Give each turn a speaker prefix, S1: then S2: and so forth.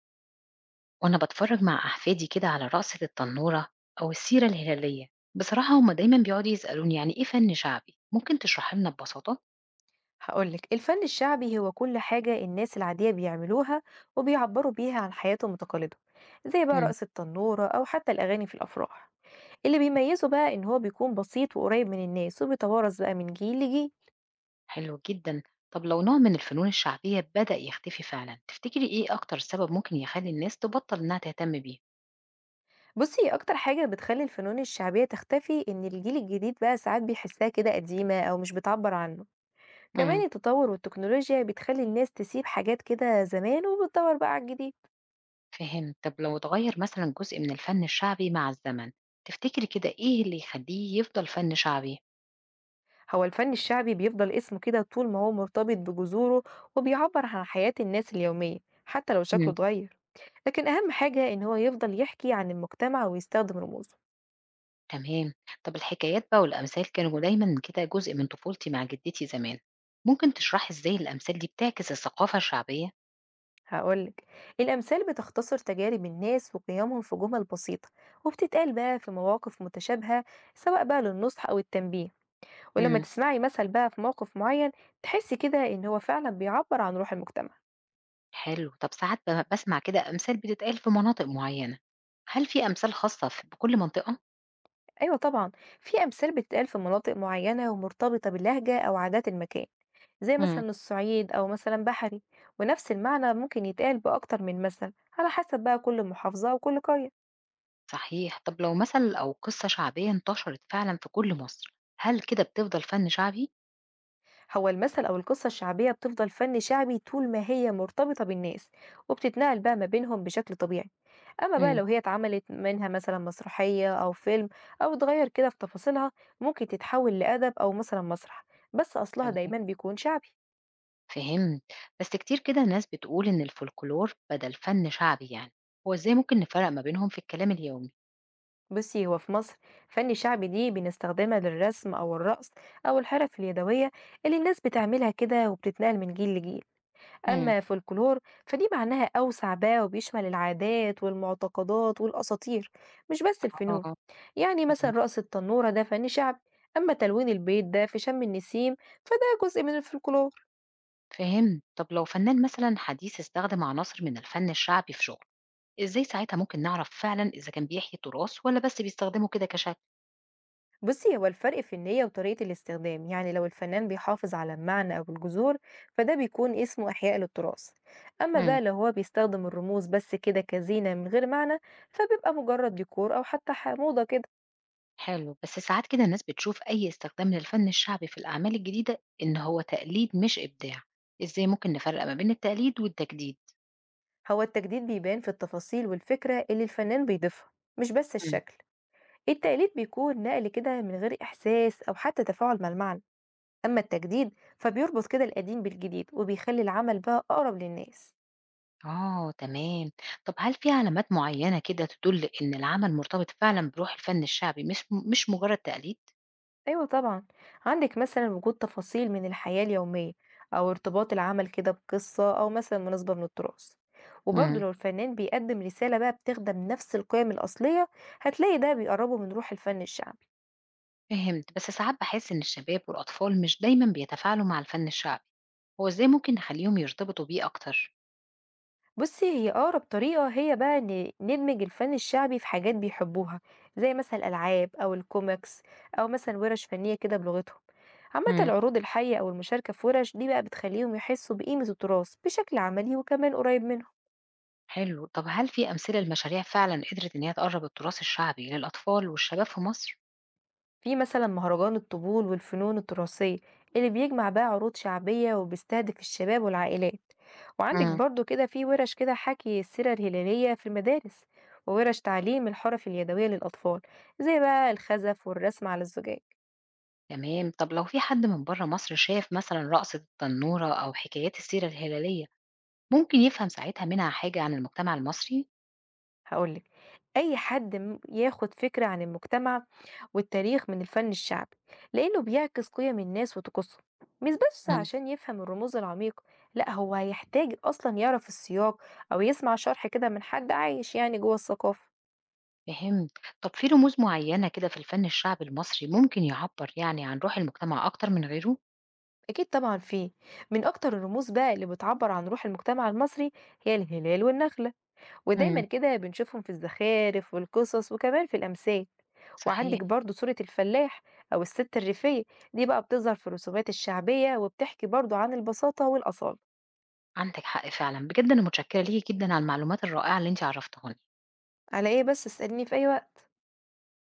S1: وأنا بتفرج مع أحفادي كده على رقصة التنورة أو السيرة الهلالية. بصراحة هما دايما بيقعدوا يسألوني يعني إيه فن شعبي، ممكن تشرح لنا ببساطة؟
S2: هقول لك الفن الشعبي هو كل حاجة الناس العادية بيعملوها وبيعبروا بيها عن حياتهم وتقاليدهم، زي بقى
S1: مم.
S2: رقص التنورة أو حتى الأغاني في الأفراح. اللي بيميزه بقى إن هو بيكون بسيط وقريب من الناس وبيتوارث بقى من جيل لجيل.
S1: حلو جدا. طب لو نوع من الفنون الشعبية بدأ يختفي فعلا، تفتكري إيه أكتر سبب ممكن يخلي الناس تبطل إنها تهتم بيه؟
S2: بصي، أكتر حاجة بتخلي الفنون الشعبية تختفي إن الجيل الجديد بقى ساعات بيحسها كده قديمة أو مش بتعبر عنه. كمان
S1: مم.
S2: التطور والتكنولوجيا بتخلي الناس تسيب حاجات كده زمان وبتدور بقى على الجديد.
S1: فهم. طب لو اتغير مثلا جزء من الفن الشعبي مع الزمن، تفتكري كده إيه اللي يخليه يفضل فن شعبي؟
S2: هو الفن الشعبي بيفضل اسمه كده طول ما هو مرتبط بجذوره وبيعبر عن حياة الناس اليومية، حتى لو شكله اتغير. لكن أهم حاجة إن هو يفضل يحكي عن المجتمع ويستخدم رموزه.
S1: تمام. طب الحكايات بقى والأمثال كانوا دايما كده جزء من طفولتي مع جدتي زمان، ممكن تشرحي ازاي الأمثال دي بتعكس الثقافة الشعبية؟
S2: هقولك، الأمثال بتختصر تجارب الناس وقيمهم في جمل بسيطة، وبتتقال بقى في مواقف متشابهة، سواء بقى للنصح أو التنبيه. ولما
S1: مم.
S2: تسمعي مثل بقى في موقف معين، تحسي كده إن هو فعلا بيعبر عن روح المجتمع.
S1: حلو. طب ساعات بسمع كده أمثال بتتقال في مناطق معينة، هل في أمثال خاصة في بكل منطقة؟
S2: أيوة طبعا، في أمثال بتتقال في مناطق معينة ومرتبطة باللهجة أو عادات المكان، زي
S1: مم.
S2: مثلا الصعيد أو مثلا بحري. ونفس المعنى ممكن يتقال بأكتر من مثل، على حسب بقى كل محافظة وكل قرية.
S1: صحيح. طب لو مثل أو قصة شعبية انتشرت فعلا في كل مصر، هل كده بتفضل فن شعبي؟
S2: هو المثل أو القصة الشعبية بتفضل فن شعبي طول ما هي مرتبطة بالناس وبتتنقل بقى ما بينهم بشكل طبيعي. أما بقى
S1: مم.
S2: لو هي اتعملت منها مثلا مسرحية أو فيلم أو اتغير كده في تفاصيلها، ممكن تتحول لأدب أو مثلا مسرح، بس أصلها
S1: تمام.
S2: دايما بيكون شعبي.
S1: فهمت. بس كتير كده ناس بتقول إن الفولكلور بدل فن شعبي يعني، هو ازاي ممكن نفرق ما بينهم في الكلام اليومي؟
S2: بصي، هو في مصر فن شعبي دي بنستخدمها للرسم أو الرقص أو الحرف اليدوية اللي الناس بتعملها كده وبتتنقل من جيل لجيل.
S1: مم.
S2: أما فولكلور، فدي معناها أوسع بقى وبيشمل العادات والمعتقدات والأساطير، مش بس الفنون.
S1: آه،
S2: يعني مثلا
S1: تمام،
S2: رقص التنورة ده فن شعبي، أما تلوين البيت ده في شم النسيم فده جزء من الفولكلور.
S1: فهمت. طب لو فنان مثلًا حديث استخدم عناصر من الفن الشعبي في شغله، إزاي ساعتها ممكن نعرف فعلًا إذا كان بيحيي التراث والّا بس بيستخدمه كده كشكل؟
S2: بُصّي، هو الفرق في النية وطريقة الاستخدام، يعني لو الفنان بيحافظ على المعنى أو الجذور فده بيكون اسمه إحياء للتراث. أما
S1: إمم،
S2: بقى لو هو بيستخدم الرموز بس كده كزينة من غير معنى، فبيبقى مجرد ديكور أو حتى ح موضة كده.
S1: حلو، بس ساعات كده الناس بتشوف أي استخدام للفن الشعبي في الأعمال الجديدة إن هو تقليد مش إبداع، إزاي ممكن نفرّق ما بين التقليد والتجديد؟
S2: هو التجديد بيبان في التفاصيل والفكرة اللي الفنان بيضيفها، مش بس
S1: إمم،
S2: الشكل. التقليد بيكون نقل كده من غير إحساس أو حتى تفاعل مع المعنى، أما التجديد فبيربط كده القديم بالجديد وبيخلي العمل بقى أقرب للناس.
S1: آه، تمام. طب هل في علامات معينة كده تدل إن العمل مرتبط فعلًا بروح الفن الشعبي، مش مجرد تقليد؟
S2: أيوة طبعًا، عندِك مثلًا وجود تفاصيل من الحياة اليومية، أو ارتباط العمل كده بقصة أو مثلًا مناسبة من التراث، وبرضه
S1: إمم.
S2: لو الفنان بيقدم رسالة بقى بتخدم نفس القيم الأصلية، هتلاقي ده بيقربه من روح الفن الشعبي.
S1: فهمت. بس ساعات بحس إن الشباب والأطفال مش دايما بيتفاعلوا مع الفن الشعبي، هو إزاي ممكن نخليهم يرتبطوا بيه أكتر؟
S2: بُصّي، هي أقرب طريقة هي بقى إن ندمج الفن الشعبي في حاجات بيحبوها، زي مثلًا الألعاب أو الكوميكس أو مثلًا وِرَش فنية كده بلغتهم. عامةً
S1: مم.
S2: العروض الحية أو المشاركة في وِرَش دي بقى بتخليهم يحسوا بقيمة التراث بشكل عملي وكمان قريب منهم.
S1: حلو. طب هل في أمثلة لمشاريع فعلا قدرت إن هي تقرب التراث الشعبي للأطفال والشباب في مصر؟
S2: في مثلا مهرجان الطبول والفنون التراثية اللي بيجمع بقى عروض شعبية وبيستهدف الشباب والعائلات. وعندك
S1: مم.
S2: برضو كده في ورش كده حكي السيرة الهلالية في المدارس وورش تعليم الحرف اليدوية للأطفال، زي بقى الخزف والرسم على الزجاج.
S1: تمام. طب لو في حد من بره مصر شاف مثلا رقصة التنورة أو حكايات السيرة الهلالية، ممكن يفهم ساعتها منها حاجة عن المجتمع المصري؟
S2: هقولك، أي حد ياخد فكرة عن المجتمع والتاريخ من الفن الشعبي، لأنه بيعكس قيم الناس وطقوسهم. مش بس
S1: مم.
S2: عشان يفهم الرموز العميقة، لأ هو هيحتاج أصلا يعرف السياق أو يسمع شرح كده من حد عايش يعني جوه الثقافة.
S1: فهمت. طب في رموز معينة كده في الفن الشعبي المصري ممكن يعبر يعني عن روح المجتمع أكتر من غيره؟
S2: أكيد طبعا فيه، من أكتر الرموز بقى اللي بتعبر عن روح المجتمع المصري هي الهلال والنخلة، ودايما
S1: مم.
S2: كده بنشوفهم في الزخارف والقصص وكمان في الأمثال. وعندك
S1: صحيح.
S2: برضو صورة الفلاح أو الست الريفية، دي بقى بتظهر في الرسومات الشعبية وبتحكي برضو عن البساطة والأصالة.
S1: عندِك حق فعلًا، بجد أنا متشكرة ليكِ جدًا على المعلومات الرائعة اللي أنتِ عرّفتيهاني.
S2: على إيه بس، اسأليني في أي وقت.